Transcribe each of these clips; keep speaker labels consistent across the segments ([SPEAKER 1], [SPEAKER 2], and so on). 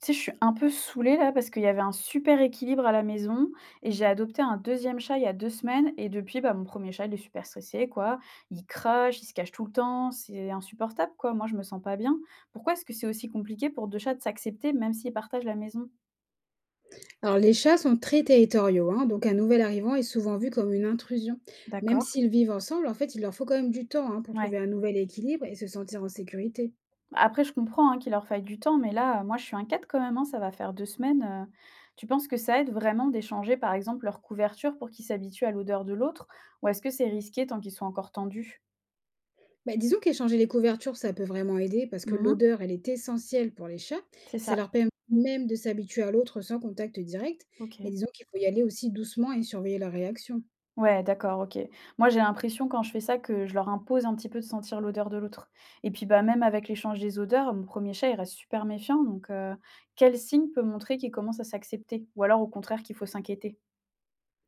[SPEAKER 1] Tu sais, je suis un peu saoulée là parce qu'il y avait un super équilibre à la maison et j'ai adopté un deuxième chat il y a 2 semaines et depuis, bah, mon premier chat, il est super stressé quoi. Il crache, il se cache tout le temps, c'est insupportable quoi. Moi, je me sens pas bien. Pourquoi est-ce que c'est aussi compliqué pour 2 chats de s'accepter même s'ils partagent la maison?
[SPEAKER 2] Alors, les chats sont très territoriaux, hein, donc un nouvel arrivant est souvent vu comme une intrusion. Même
[SPEAKER 1] D'accord,
[SPEAKER 2] s'ils vivent ensemble, en fait, il leur faut quand même du temps hein, pour
[SPEAKER 1] ouais.
[SPEAKER 2] trouver un nouvel équilibre et se sentir en sécurité.
[SPEAKER 1] Après, je comprends, hein, qu'il leur faille du temps, mais là, moi, je suis inquiète quand même, hein, ça va faire 2 semaines. Tu penses que ça aide vraiment d'échanger, par exemple, leur couverture pour qu'ils s'habituent à l'odeur de l'autre? Ou est-ce que c'est risqué tant qu'ils sont encore tendus?
[SPEAKER 2] Bah, disons qu'échanger les couvertures, ça peut vraiment aider parce que
[SPEAKER 1] Mmh.
[SPEAKER 2] l'odeur, elle est essentielle pour les chats.
[SPEAKER 1] C'est
[SPEAKER 2] Ça
[SPEAKER 1] ça,
[SPEAKER 2] leur permet même de s'habituer à l'autre sans contact direct.
[SPEAKER 1] OK.
[SPEAKER 2] Mais disons qu'il faut y aller aussi doucement et surveiller leur réaction.
[SPEAKER 1] Ouais, d'accord, OK. Moi, j'ai l'impression quand je fais ça que je leur impose un petit peu de sentir l'odeur de l'autre et puis, bah, même avec l'échange des odeurs, mon premier chat, il reste super méfiant donc quel signe peut montrer qu'il commence à s'accepter? Ou alors au contraire qu'il faut s'inquiéter?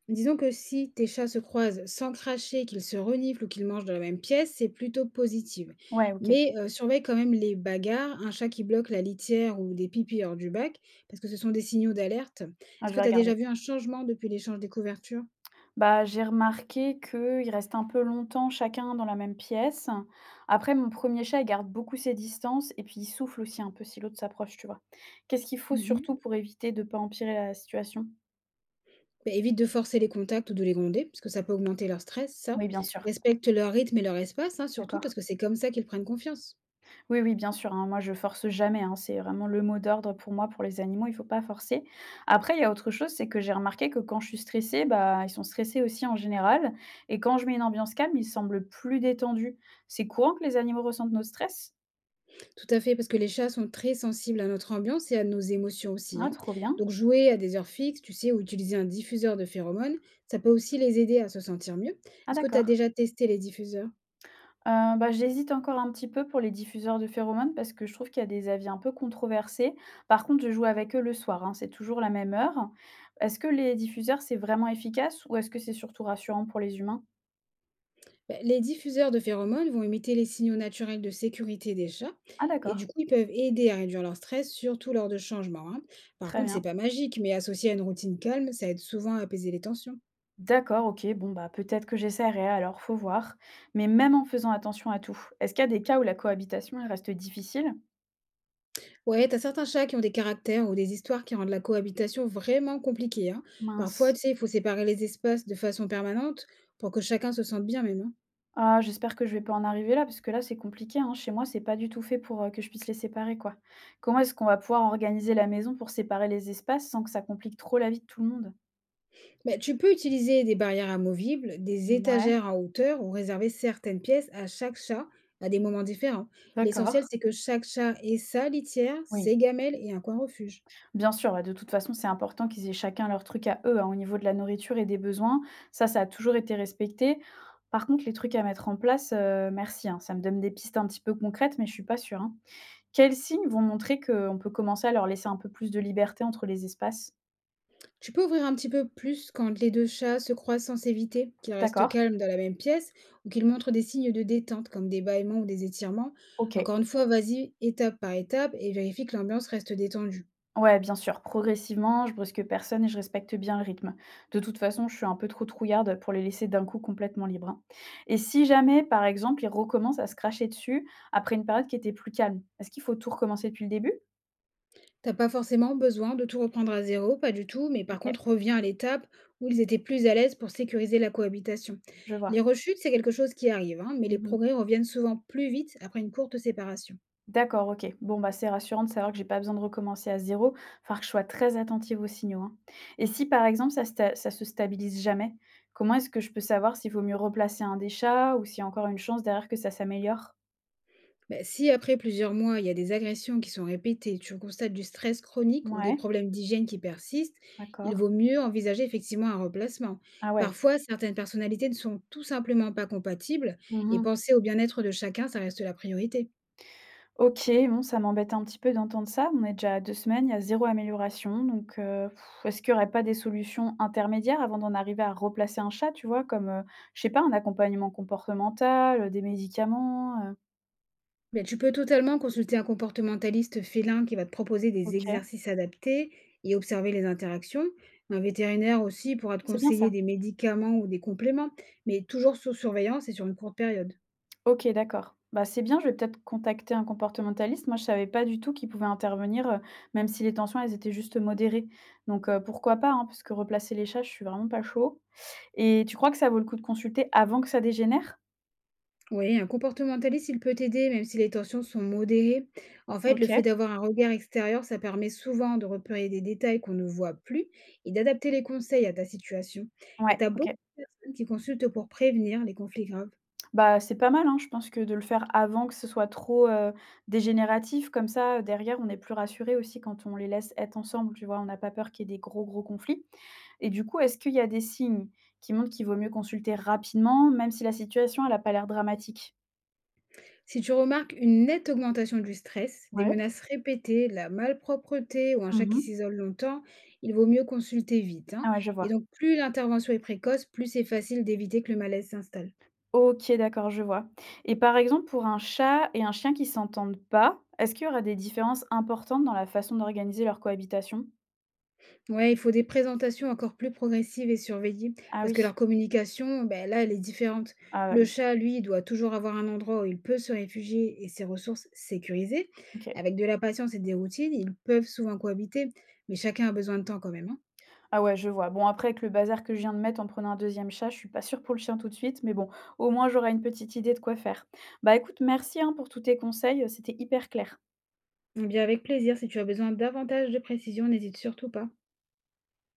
[SPEAKER 2] Disons que si tes chats se croisent sans cracher, qu'ils se reniflent ou qu'ils mangent dans la même pièce, c'est plutôt positif.
[SPEAKER 1] Ouais, OK.
[SPEAKER 2] Mais surveille quand même les bagarres, un chat qui bloque la litière ou des pipis hors du bac, parce que ce sont des signaux d'alerte.
[SPEAKER 1] Ah,
[SPEAKER 2] Est-ce
[SPEAKER 1] je
[SPEAKER 2] que
[SPEAKER 1] vais
[SPEAKER 2] tu as
[SPEAKER 1] regarder.
[SPEAKER 2] déjà vu un changement depuis l'échange des couvertures?
[SPEAKER 1] Bah, j'ai remarqué qu'ils restent un peu longtemps chacun dans la même pièce. Après mon premier chat, il garde beaucoup ses distances et puis il souffle aussi un peu si l'autre s'approche, tu vois? Qu'est-ce qu'il faut
[SPEAKER 2] Mhm.
[SPEAKER 1] surtout pour éviter de ne pas empirer la situation?
[SPEAKER 2] Ben, évite de forcer les contacts ou de les gronder, parce que ça peut augmenter leur stress, ça.
[SPEAKER 1] Oui, bien sûr.
[SPEAKER 2] Respecte leur rythme et leur espace, hein, surtout
[SPEAKER 1] D'accord.
[SPEAKER 2] parce que c'est comme ça qu'ils prennent confiance.
[SPEAKER 1] Oui, oui, bien sûr, hein, moi je force jamais, hein, c'est vraiment le mot d'ordre pour moi, pour les animaux, il faut pas forcer. Après, il y a autre chose, c'est que j'ai remarqué que quand je suis stressée, bah, ils sont stressés aussi en général. Et quand je mets une ambiance calme, ils semblent plus détendus. C'est courant que les animaux ressentent notre stress?
[SPEAKER 2] Tout à fait, parce que les chats sont très sensibles à notre ambiance et à nos émotions aussi,
[SPEAKER 1] Ah,
[SPEAKER 2] hein.
[SPEAKER 1] trop bien.
[SPEAKER 2] Donc jouer à des heures fixes, tu sais, ou utiliser un diffuseur de phéromones, ça peut aussi les aider à se sentir mieux.
[SPEAKER 1] Ah,
[SPEAKER 2] Est-ce que tu as
[SPEAKER 1] d'accord.
[SPEAKER 2] déjà testé les diffuseurs?
[SPEAKER 1] Bah, j'hésite encore un petit peu pour les diffuseurs de phéromones parce que je trouve qu'il y a des avis un peu controversés. Par contre, je joue avec eux le soir, hein, c'est toujours la même heure. Est-ce que les diffuseurs, c'est vraiment efficace ou est-ce que c'est surtout rassurant pour les humains?
[SPEAKER 2] Ben, les diffuseurs de phéromones vont imiter les signaux naturels de sécurité des chats,
[SPEAKER 1] Ah,
[SPEAKER 2] et
[SPEAKER 1] d'accord.
[SPEAKER 2] du coup, ils peuvent aider à réduire leur stress, surtout lors de changements, hein. Par
[SPEAKER 1] Très
[SPEAKER 2] contre, c'est
[SPEAKER 1] bien.
[SPEAKER 2] pas magique, mais associé à une routine calme, ça aide souvent à apaiser les tensions.
[SPEAKER 1] D'accord, OK. Bon, bah, peut-être que j'essaierai alors, faut voir. Mais même en faisant attention à tout, est-ce qu'il y a des cas où la cohabitation, elle reste difficile?
[SPEAKER 2] Ouais, t'as certains chats qui ont des caractères ou des histoires qui rendent la cohabitation vraiment compliquée, hein. Parfois,
[SPEAKER 1] Mince.
[SPEAKER 2] tu sais, il faut séparer les espaces de façon permanente pour que chacun se sente bien même, hein.
[SPEAKER 1] Ah, j'espère que je vais pas en arriver là, parce que là, c'est compliqué, hein. Chez moi, c'est pas du tout fait pour que je puisse les séparer, quoi. Comment est-ce qu'on va pouvoir organiser la maison pour séparer les espaces sans que ça complique trop la vie de tout le monde?
[SPEAKER 2] Bah, tu peux utiliser des barrières amovibles, des
[SPEAKER 1] Ouais,
[SPEAKER 2] étagères en hauteur ou réserver certaines pièces à chaque chat à des moments différents. L'essentiel,
[SPEAKER 1] d'accord.
[SPEAKER 2] c'est que chaque chat ait sa litière,
[SPEAKER 1] Oui.
[SPEAKER 2] ses gamelles et un coin refuge.
[SPEAKER 1] Bien sûr, ouais, de toute façon, c'est important qu'ils aient chacun leur truc à eux, hein, au niveau de la nourriture et des besoins. Ça a toujours été respecté. Par contre, les trucs à mettre en place, merci, hein, ça me donne des pistes un petit peu concrètes, mais je suis pas sûre, hein. Quels signes vont montrer qu'on peut commencer à leur laisser un peu plus de liberté entre les espaces?
[SPEAKER 2] Tu peux ouvrir un petit peu plus quand les 2 chats se croisent sans s'éviter, qu'ils restent
[SPEAKER 1] D'accord,
[SPEAKER 2] calmes dans la même pièce ou qu'ils montrent des signes de détente comme des bâillements ou des étirements.
[SPEAKER 1] OK.
[SPEAKER 2] Encore une fois, vas-y étape par étape et vérifie que l'ambiance reste détendue.
[SPEAKER 1] Ouais, bien sûr, progressivement, je brusque personne et je respecte bien le rythme. De toute façon, je suis un peu trop trouillarde pour les laisser d'un coup complètement libres, hein. Et si jamais, par exemple, ils recommencent à se cracher dessus après une période qui était plus calme, est-ce qu'il faut tout recommencer depuis le début?
[SPEAKER 2] T'as pas forcément besoin de tout reprendre à zéro, pas du tout, mais par
[SPEAKER 1] OK,
[SPEAKER 2] contre reviens à l'étape où ils étaient plus à l'aise pour sécuriser la cohabitation.
[SPEAKER 1] je vois.
[SPEAKER 2] Les rechutes, c'est quelque chose qui arrive, hein, mais les
[SPEAKER 1] Mmh.
[SPEAKER 2] progrès reviennent souvent plus vite après une courte séparation.
[SPEAKER 1] D'accord, OK. Bon, bah, c'est rassurant de savoir que j'ai pas besoin de recommencer à zéro. Falloir que je sois très attentive aux signaux, hein. Et si, par exemple, ça se stabilise jamais, comment est-ce que je peux savoir s'il vaut mieux replacer un des chats ou s'il y a encore une chance derrière que ça s'améliore?
[SPEAKER 2] Bah, si après plusieurs mois, il y a des agressions qui sont répétées, tu constates du stress chronique ou des
[SPEAKER 1] Ouais,
[SPEAKER 2] problèmes d'hygiène qui persistent, il
[SPEAKER 1] d'accord.
[SPEAKER 2] vaut mieux envisager effectivement un remplacement.
[SPEAKER 1] Ah ouais.
[SPEAKER 2] Parfois, certaines personnalités ne sont tout simplement pas compatibles et
[SPEAKER 1] Mmh.
[SPEAKER 2] penser au bien-être de chacun, ça reste la priorité.
[SPEAKER 1] OK, bon, ça m'embête un petit peu d'entendre ça. On est déjà à 2 semaines, il y a zéro amélioration donc est-ce qu'il n'y aurait pas des solutions intermédiaires avant d'en arriver à replacer un chat, tu vois? Comme, je sais pas, un accompagnement comportemental, des médicaments?
[SPEAKER 2] Mais tu peux totalement consulter un comportementaliste félin qui va te proposer des
[SPEAKER 1] OK,
[SPEAKER 2] exercices adaptés et observer les interactions. Un vétérinaire aussi pourra te
[SPEAKER 1] c'est bien
[SPEAKER 2] conseiller
[SPEAKER 1] ça.
[SPEAKER 2] des médicaments ou des compléments, mais toujours sous surveillance et sur une courte période.
[SPEAKER 1] OK, d'accord. Bah, c'est bien, je vais peut-être contacter un comportementaliste. Moi, je savais pas du tout qu'il pouvait intervenir, même si les tensions, elles étaient juste modérées donc pourquoi pas, hein, parce que replacer les chats, je suis vraiment pas chaud et tu crois que ça vaut le coup de consulter avant que ça dégénère?
[SPEAKER 2] Oui, un comportementaliste, il peut t'aider même si les tensions sont modérées. En fait, le
[SPEAKER 1] OK.
[SPEAKER 2] fait d'avoir un regard extérieur, ça permet souvent de repérer des détails qu'on ne voit plus et d'adapter les conseils à ta situation. Et
[SPEAKER 1] Ouais,
[SPEAKER 2] tu as
[SPEAKER 1] OK.
[SPEAKER 2] beaucoup de personnes qui consultent pour prévenir les conflits graves.
[SPEAKER 1] Bah, c'est pas mal, hein, je pense que de le faire avant que ce soit trop, dégénératif comme ça, derrière, on est plus rassuré aussi quand on les laisse être ensemble, tu vois? On n'a pas peur qu'il y ait des gros, gros conflits et du coup, est-ce qu'il y a des signes qui montrent qu'il vaut mieux consulter rapidement, même si la situation, elle a pas l'air dramatique?
[SPEAKER 2] Si tu remarques une nette augmentation du stress, des
[SPEAKER 1] Ouais.
[SPEAKER 2] menaces répétées, la malpropreté ou un chat qui
[SPEAKER 1] Mmh.
[SPEAKER 2] s'isole longtemps, il vaut mieux consulter vite, hein.
[SPEAKER 1] Ah ouais, je
[SPEAKER 2] Et
[SPEAKER 1] vois.
[SPEAKER 2] donc, plus l'intervention est précoce, plus c'est facile d'éviter que le malaise s'installe.
[SPEAKER 1] OK, d'accord, je vois et par exemple, pour un chat et un chien qui s'entendent pas, est-ce qu'il y aura des différences importantes dans la façon d'organiser leur cohabitation?
[SPEAKER 2] Ouais, il faut des présentations encore plus progressives et surveillées,
[SPEAKER 1] Ah
[SPEAKER 2] parce que
[SPEAKER 1] oui.
[SPEAKER 2] leur communication, ben là, elle est différente.
[SPEAKER 1] Ah bah,
[SPEAKER 2] Le
[SPEAKER 1] oui.
[SPEAKER 2] chat, lui, doit toujours avoir un endroit où il peut se réfugier et ses ressources sécurisées.
[SPEAKER 1] OK.
[SPEAKER 2] Avec de la patience et des routines, ils peuvent souvent cohabiter, mais chacun a besoin de temps quand même, hein.
[SPEAKER 1] Ah ouais, je vois. Bon, après, avec le bazar que je viens de mettre en prenant un deuxième chat, je suis pas sûre pour le chien tout de suite, mais bon, au moins j'aurai une petite idée de quoi faire. Bah écoute, merci hein, pour tous tes conseils, c'était hyper clair.
[SPEAKER 2] Eh bien, avec plaisir, si tu as besoin davantage de précision, n'hésite surtout pas.